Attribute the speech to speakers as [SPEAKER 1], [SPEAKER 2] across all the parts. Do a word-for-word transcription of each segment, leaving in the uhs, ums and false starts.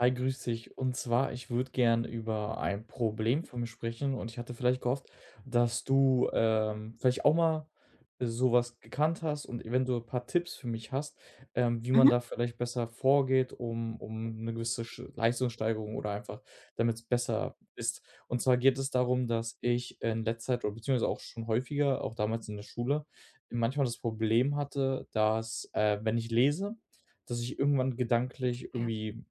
[SPEAKER 1] Hi, grüß dich. Und zwar, ich würde gern über ein Problem von mir sprechen und ich hatte vielleicht gehofft, dass du ähm, vielleicht auch mal sowas gekannt hast und eventuell ein paar Tipps für mich hast, ähm, wie man
[SPEAKER 2] Mhm.
[SPEAKER 1] da vielleicht besser vorgeht, um, um eine gewisse Sch- Leistungssteigerung oder einfach, damit es besser ist. Und zwar geht es darum, dass ich in letzter Zeit oder beziehungsweise auch schon häufiger, auch damals in der Schule, manchmal das Problem hatte, dass äh, wenn ich lese, dass ich irgendwann gedanklich
[SPEAKER 2] Ja.
[SPEAKER 1] irgendwie,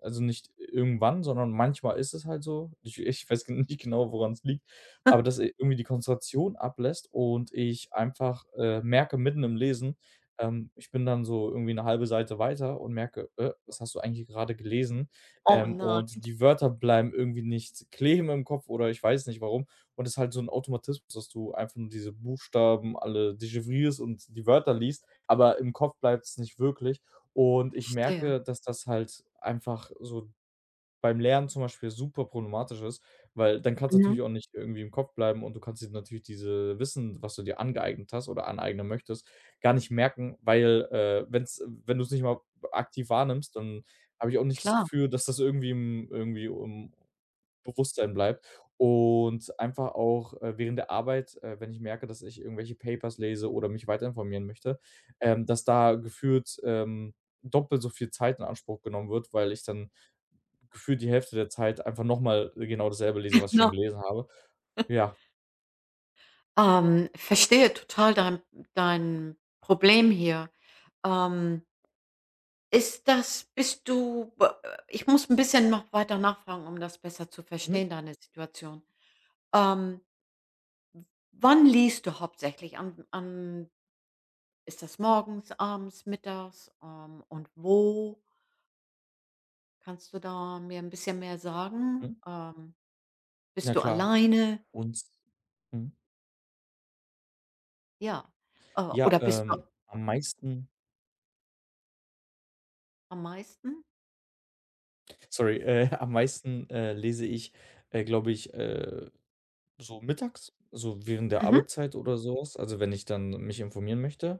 [SPEAKER 1] also nicht irgendwann, sondern manchmal ist es halt so. Ich ich weiß gen- nicht genau, woran es liegt, aber dass i irgendwie die Konzentration ablässt und ich einfach, äh, merke mitten im Lesen, ähm, ich bin dann so irgendwie eine halbe Seite weiter und merke: „Äh, was hast du eigentlich gerade gelesen?"
[SPEAKER 2] Oh
[SPEAKER 1] Ähm,
[SPEAKER 2] nein,
[SPEAKER 1] und die Wörter bleiben irgendwie nicht kleben im Kopf oder ich weiß nicht warum. Und es ist halt so ein Automatismus, dass du einfach nur diese Buchstaben alle dechiffrierst und die Wörter liest, aber im Kopf bleibt es nicht wirklich. Und ich
[SPEAKER 2] verstehe.
[SPEAKER 1] merke, dass das halt einfach so beim Lernen zum Beispiel super problematisch ist, weil dann kann's
[SPEAKER 2] Mhm.
[SPEAKER 1] natürlich auch nicht irgendwie im Kopf bleiben und du kannst dir natürlich diese Wissen, was du dir angeeignet hast oder aneignen möchtest, gar nicht merken, weil, äh, wenn's wenn du's nicht mal aktiv wahrnimmst, dann habe ich auch nicht das
[SPEAKER 2] Klar.
[SPEAKER 1] Gefühl, dass das irgendwie im irgendwie um Bewusstsein bleibt. Und einfach auch, äh, während der Arbeit, äh, wenn ich merke, dass ich irgendwelche Papers lese oder mich weiter informieren möchte, ähm, dass da gefühlt, ähm, doppelt so viel Zeit in Anspruch genommen wird, weil ich dann gefühlt die Hälfte der Zeit einfach nochmal genau dasselbe lese, was ich schon
[SPEAKER 2] Genau.
[SPEAKER 1] gelesen habe. Ja.
[SPEAKER 2] Ähm, verstehe total dein dein Problem hier. Ähm, ist das bist du äh, Ich muss ein bisschen noch weiter nachfragen, um das besser zu
[SPEAKER 1] Mhm,
[SPEAKER 2] verstehen, deine Situation. Ähm, Wann liest du hauptsächlich? An an Ist das morgens, abends, mittags, ähm, und wo? Kannst du da mir ein bisschen mehr sagen?
[SPEAKER 1] mhm.
[SPEAKER 2] Ähm,
[SPEAKER 1] Na
[SPEAKER 2] bist du
[SPEAKER 1] klar.
[SPEAKER 2] alleine?
[SPEAKER 1] Und mhm.
[SPEAKER 2] Ja. Äh,
[SPEAKER 1] Ja,
[SPEAKER 2] oder bist du?
[SPEAKER 1] ähm, am meisten
[SPEAKER 2] Am meisten?
[SPEAKER 1] sorry, äh, am meisten, äh, lese ich, äh, glaube ich, äh So mittags, so während der
[SPEAKER 2] Mhm,
[SPEAKER 1] Arbeitszeit oder so, also wenn ich dann mich informieren möchte,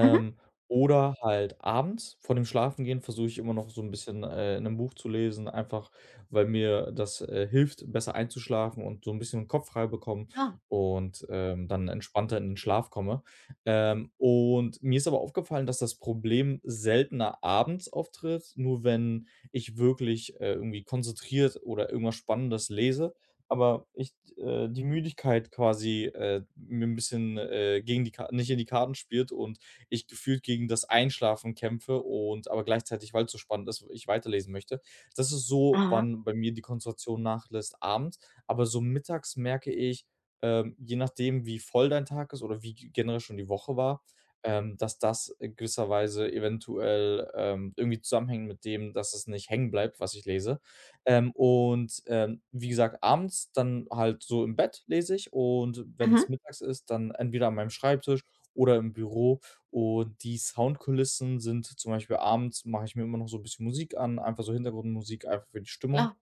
[SPEAKER 2] mhm.
[SPEAKER 1] oder halt abends vor dem Schlafengehen versuche ich immer noch so ein bisschen, äh, 'nen Buch zu lesen, einfach weil mir das, äh, hilft, besser einzuschlafen und so ein bisschen den Kopf frei bekommen
[SPEAKER 2] Ja.
[SPEAKER 1] und, ähm, dann entspannter in den Schlaf komme. Ähm, und mir ist aber aufgefallen, dass das Problem seltener abends auftritt, nur wenn ich wirklich, äh, irgendwie konzentriert oder irgendwas Spannendes lese, aber ich, äh die Müdigkeit quasi, äh, mir ein bisschen, äh, gegen die Ka nicht in die Karten spielt und ich gefühlt gegen das Einschlafen kämpfe und aber gleichzeitig, weil es so spannend ist, ich weiterlesen möchte. Das ist so,
[SPEAKER 2] Aha.
[SPEAKER 1] wann bei mir die Konzentration nachlässt abends, aber so mittags merke ich, ähm, je nachdem, wie voll dein Tag ist oder wie g generell schon die Woche war, ähm, dass das in gewisser Weise eventuell, ähm, irgendwie zusammenhängt mit dem, dass es nicht hängen bleibt, was ich lese. Ähm, und, ähm, wie gesagt, abends dann halt so im Bett lese ich, und wenn es
[SPEAKER 2] Mhm.
[SPEAKER 1] mittags ist, dann entweder an meinem Schreibtisch oder im Büro. Und die Soundkulissen sind zum Beispiel abends mache ich mir immer noch so ein bisschen Musik an, einfach so Hintergrundmusik, einfach für die Stimmung.
[SPEAKER 2] Klar.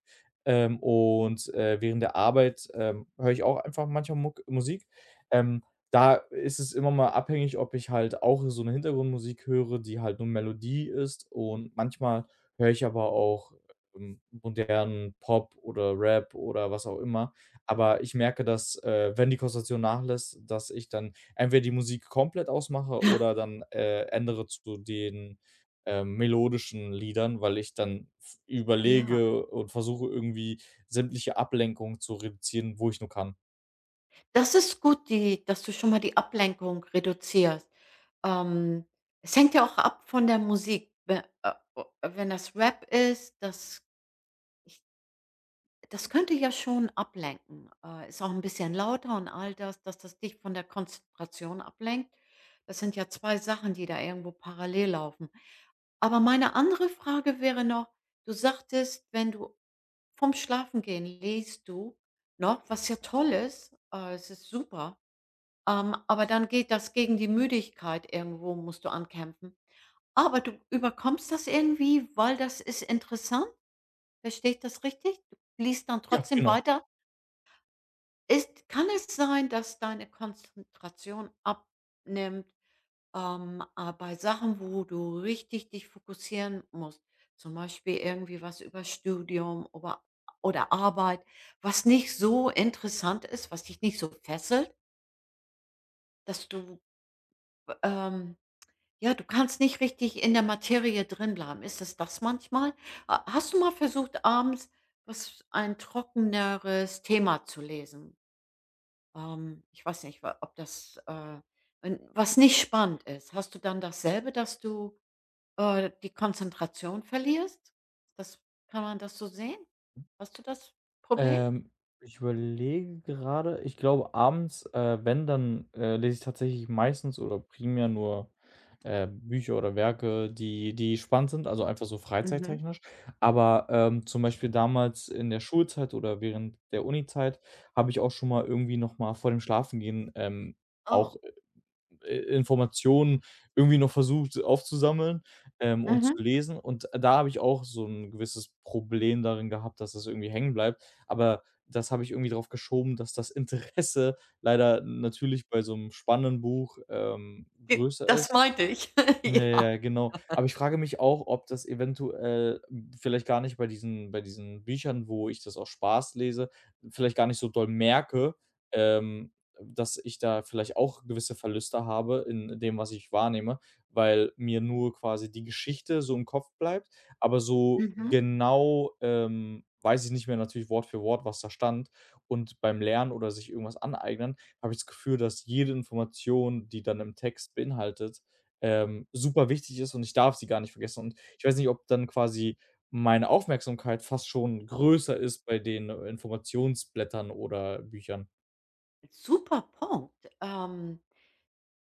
[SPEAKER 1] Ähm, und, äh, während der Arbeit, ähm, höre ich auch einfach manchmal Muck Musik. Ähm, Da ist es immer mal abhängig, ob ich halt auch so eine Hintergrundmusik höre, die halt nur Melodie ist. Und manchmal höre ich aber auch, ähm, modernen Pop oder Rap oder was auch immer. Aber ich merke, dass, äh, wenn die Konzentration nachlässt, dass ich dann entweder die Musik komplett ausmache oder dann, äh, ändere zu den, ähm, melodischen Liedern, weil ich dann v
[SPEAKER 2] Ja.
[SPEAKER 1] überlege und versuche irgendwie sämtliche Ablenkungen zu reduzieren, wo ich nur kann.
[SPEAKER 2] Das ist gut, die dass du schon mal die Ablenkung reduzierst. Ähm, es hängt ja auch ab von der Musik. We äh, o Wenn das Rap ist, das ich das könnte ja schon ablenken. Äh, ist auch 'n bisschen lauter und all das, dass das dich von der Konzentration ablenkt. Das sind ja zwei Sachen, die da irgendwo parallel laufen. Aber meine andere Frage wäre noch, du sagtest, wenn du vom Schlafengehen liest du noch, was ja toll ist, äh, es ist super, ähm, aber dann geht das gegen die Müdigkeit, irgendwo musst du ankämpfen. Aber du überkommst das irgendwie, weil das ist interessant. Verstehe ich das richtig? Du liest dann
[SPEAKER 1] Ja.
[SPEAKER 2] trotzdem
[SPEAKER 1] Genau.
[SPEAKER 2] weiter. Ist Kann es sein, dass deine Konzentration abnimmt, ähm, aber bei Sachen, wo du richtig dich fokussieren musst, zum Beispiel irgendwie was über Studium ober oder Arbeit, was nicht so interessant ist, was dich nicht so fesselt, dass du, ähm ja, du kannst nicht richtig in der Materie drin bleiben? Ist es das manchmal? Ha Hast du mal versucht, abends was ein trockeneres Thema zu lesen? Ähm, ich weiß nicht, wa ob das, äh, n was nicht spannend ist. Hast du dann dasselbe, dass du äh, die Konzentration verlierst? Das Kann man das so sehen? Hast du das Problem?
[SPEAKER 1] Ähm, Ich überlege gerade, ich glaube abends, äh, wenn, dann, äh, lese ich tatsächlich meistens oder primär nur, äh, Bücher oder Werke, die die spannend sind, also einfach so
[SPEAKER 2] Mhm.
[SPEAKER 1] freizeittechnisch. Aber, ähm, zum Beispiel damals in der Schulzeit oder während der Unizeit habe ich auch schon mal irgendwie noch mal vor dem Schlafengehen, ähm, auch,
[SPEAKER 2] Oh.
[SPEAKER 1] äh, Informationen irgendwie noch versucht aufzusammeln, ähm, und
[SPEAKER 2] Mhm.
[SPEAKER 1] zu lesen. Und da habe ich auch so ein gewisses Problem darin gehabt, dass das irgendwie hängen bleibt. Aber das habe ich irgendwie drauf geschoben, dass das Interesse leider natürlich bei so einem spannenden Buch, ähm,
[SPEAKER 2] Ge
[SPEAKER 1] größer
[SPEAKER 2] Das
[SPEAKER 1] ist.
[SPEAKER 2] meinte ich,
[SPEAKER 1] Ja,
[SPEAKER 2] ja.
[SPEAKER 1] ja, genau. Aber ich frage mich auch, ob das eventuell, hm, vielleicht gar nicht bei diesen bei diesen Büchern, wo ich das aus Spaß lese, vielleicht gar nicht so doll merke, ähm, dass ich da vielleicht auch gewisse Verluste habe in dem, was ich wahrnehme, weil mir nur quasi die Geschichte so im Kopf bleibt, aber so
[SPEAKER 2] Mhm.
[SPEAKER 1] genau, ähm, weiß ich nicht mehr natürlich Wort für Wort, was da stand. Und beim Lernen oder sich irgendwas aneignen, habe ich das Gefühl, dass jede Information, die dann im Text beinhaltet, ähm, super wichtig ist und ich darf sie gar nicht vergessen. Und ich weiß nicht, ob dann quasi meine Aufmerksamkeit fast schon größer ist bei den Informationsblättern oder Büchern.
[SPEAKER 2] Super Punkt. Ähm,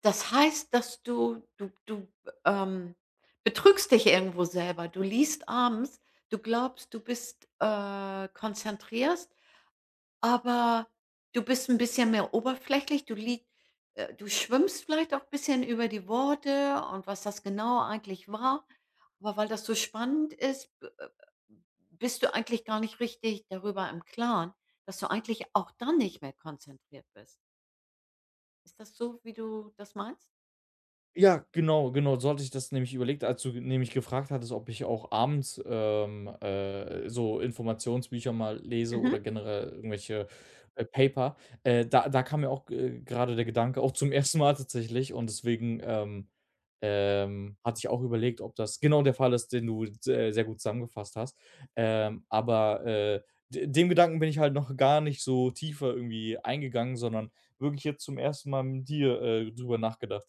[SPEAKER 2] das heißt, dass du du du, ähm, betrügst dich irgendwo selber. Du liest abends, du glaubst, du bist, äh, konzentrierst Aber du bist ein bisschen mehr oberflächlich. Du lieg äh, du schwimmst vielleicht auch ein bisschen über die Worte und was das genau eigentlich war. Aber weil das so spannend ist, b äh, bist du eigentlich gar nicht richtig darüber im Klaren, dass du eigentlich auch dann nicht mehr konzentriert bist. Ist das so, wie du das meinst?
[SPEAKER 1] Ja, genau, genau. So hatte ich das nämlich überlegt, als du nämlich gefragt hattest, ob ich auch abends, ähm, äh, so Informationsbücher mal lese
[SPEAKER 2] Mhm.
[SPEAKER 1] oder generell irgendwelche, äh, Paper. Äh, da da kam mir auch, äh, grade der Gedanke, auch zum ersten Mal tatsächlich, und deswegen, ähm, ähm, hatte ich auch überlegt, ob das genau der Fall ist, den du se sehr gut zusammengefasst hast. Ähm, aber, äh, de dem Gedanken bin ich halt noch gar nicht so tiefer irgendwie eingegangen, sondern wirklich jetzt zum ersten Mal mit dir, äh, drüber nachgedacht.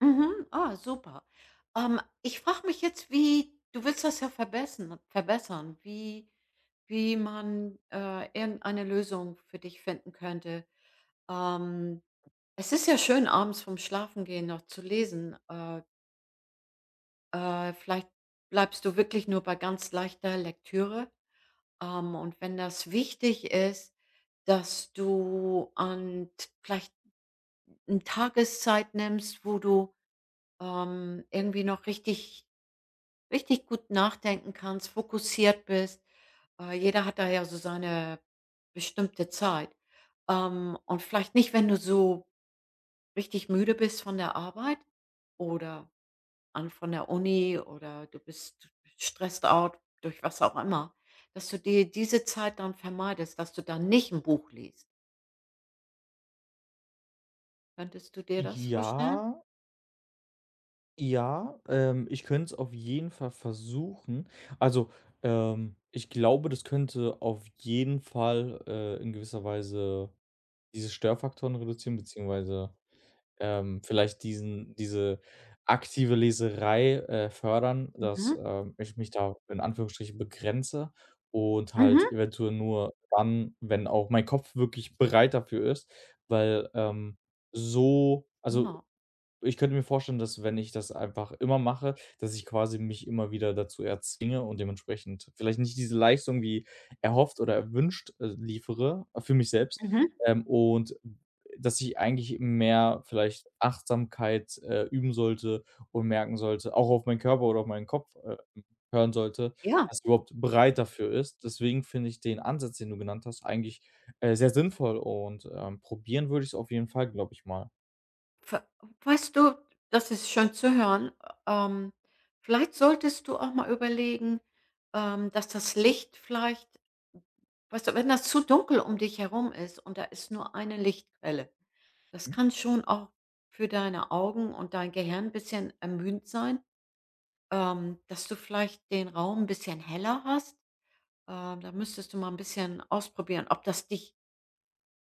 [SPEAKER 2] Mhm. Ah, super. Ähm, ich frage mich jetzt, wie du, willst das ja verbessern verbessern, wie wie man, äh, irgendeine Lösung für dich finden könnte. Ähm, es ist ja schön, abends vorm Schlafengehen noch zu lesen. Äh, äh, vielleicht bleibst du wirklich nur bei ganz leichter Lektüre. Ähm, und wenn das wichtig ist, dass du an t vielleicht 'n Tageszeit nimmst, wo du, ähm, irgendwie noch richtig richtig gut nachdenken kannst, fokussiert bist. Äh, jeder hat da ja so seine bestimmte Zeit. Ähm, und vielleicht nicht, wenn du so richtig müde bist von der Arbeit oder an von der Uni oder du bist stressed out durch was auch immer, dass du dir diese Zeit dann vermeidest, dass du dann nicht ein Buch liest. Könntest du dir das vorstellen?
[SPEAKER 1] Ja, ja, ähm, ich könnte es auf jeden Fall versuchen. Also, ähm, ich glaube, das könnte auf jeden Fall, äh, in gewisser Weise diese Störfaktoren reduzieren, beziehungsweise, ähm, vielleicht diesen diese aktive Leserei, äh, fördern, dass,
[SPEAKER 2] Mhm.
[SPEAKER 1] ähm, ich mich da in Anführungsstrichen begrenze und halt
[SPEAKER 2] Mhm.
[SPEAKER 1] eventuell nur dann, wenn auch mein Kopf wirklich bereit dafür ist, weil, ähm, so, also
[SPEAKER 2] Genau.
[SPEAKER 1] ich könnte mir vorstellen, dass, wenn ich das einfach immer mache, dass ich quasi mich immer wieder dazu erzwinge und dementsprechend vielleicht nicht diese Leistung wie erhofft oder erwünscht, äh, liefere, äh, für mich selbst,
[SPEAKER 2] Mhm.
[SPEAKER 1] ähm, und dass ich eigentlich mehr vielleicht Achtsamkeit, äh, üben sollte und merken sollte, auch auf meinen Körper oder auf meinen Kopf, äh, hören sollte,
[SPEAKER 2] Ja.
[SPEAKER 1] dass er überhaupt bereit dafür ist. Deswegen finde ich den Ansatz, den du genannt hast, eigentlich, äh, sehr sinnvoll, und, ähm, probieren würde ich es auf jeden Fall, glaube ich mal.
[SPEAKER 2] Ve Weißt du, das ist schön zu hören. Ähm, vielleicht solltest du auch mal überlegen, ähm, dass das Licht vielleicht, weißt du, wenn das zu dunkel um dich herum ist und da ist nur eine Lichtquelle, das
[SPEAKER 1] Mhm.
[SPEAKER 2] kann schon auch für deine Augen und dein Gehirn 'n bisschen ermüdend sein, ähm, dass du vielleicht den Raum 'n bisschen heller hast. Ähm, da müsstest du mal ein bisschen ausprobieren, ob das dich,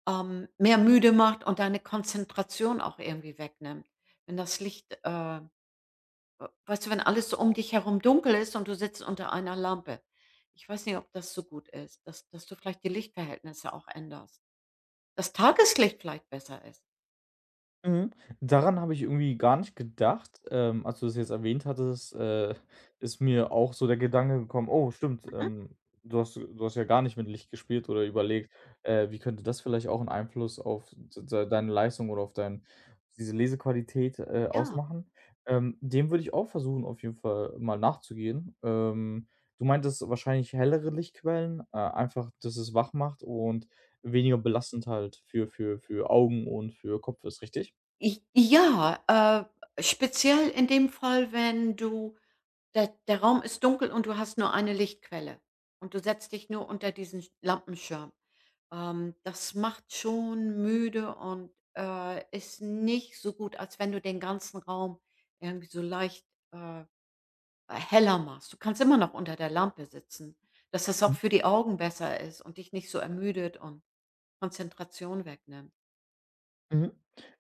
[SPEAKER 2] ähm, mehr müde macht und deine Konzentration auch irgendwie wegnimmt. Wenn das Licht, äh, weißt du, wenn alles so um dich herum dunkel ist und du sitzt unter einer Lampe. Ich weiß nicht, ob das so gut ist, dass dass du vielleicht die Lichtverhältnisse auch änderst. Das Tageslicht vielleicht besser ist.
[SPEAKER 1] Mhm. Daran habe ich irgendwie gar nicht gedacht. Ähm, als du das jetzt erwähnt hattest, äh, ist mir auch so der Gedanke gekommen: „Oh, stimmt,
[SPEAKER 2] Mhm.
[SPEAKER 1] ähm, du hast du hast ja gar nicht mit Licht gespielt oder überlegt, äh, wie könnte das vielleicht auch einen Einfluss auf d de deine Leistung oder auf dein diese Lesequalität, äh,
[SPEAKER 2] Ja.
[SPEAKER 1] ausmachen?" Ähm, dem würde ich auch versuchen, auf jeden Fall mal nachzugehen. Ähm, du meintest wahrscheinlich hellere Lichtquellen, äh, einfach, dass es wach macht und weniger belastend halt für für für Augen und für Kopf ist, richtig?
[SPEAKER 2] I Ja, äh, speziell in dem Fall, wenn du, der der Raum ist dunkel und du hast nur eine Lichtquelle und du setzt dich nur unter diesen Lampenschirm. Ähm, das macht schon müde und, äh, ist nicht so gut, als wenn du den ganzen Raum irgendwie so leicht, äh, heller machst. Du kannst immer noch unter der Lampe sitzen, dass das auch
[SPEAKER 1] Mhm,
[SPEAKER 2] für die Augen besser ist und dich nicht so ermüdet und Konzentration wegnimmt.
[SPEAKER 1] mhm.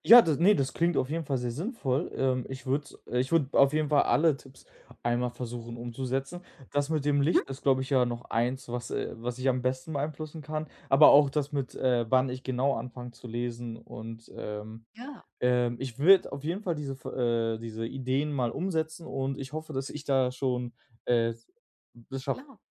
[SPEAKER 1] Ja, das ne, das klingt auf jeden Fall sehr sinnvoll. Ähm, ich würde ich würde auf jeden Fall alle Tipps einmal versuchen umzusetzen. Das mit dem
[SPEAKER 2] Mhm.
[SPEAKER 1] Licht ist, glaube ich, ja noch eins, was äh, was ich am besten beeinflussen kann, aber auch das mit, äh, wann ich genau anfange zu lesen, und, ähm,
[SPEAKER 2] Ja,
[SPEAKER 1] ähm, ich würde auf jeden Fall diese v äh, diese Ideen mal umsetzen, und ich hoffe, dass ich da schon, äh, das
[SPEAKER 2] klar.
[SPEAKER 1] schaffe.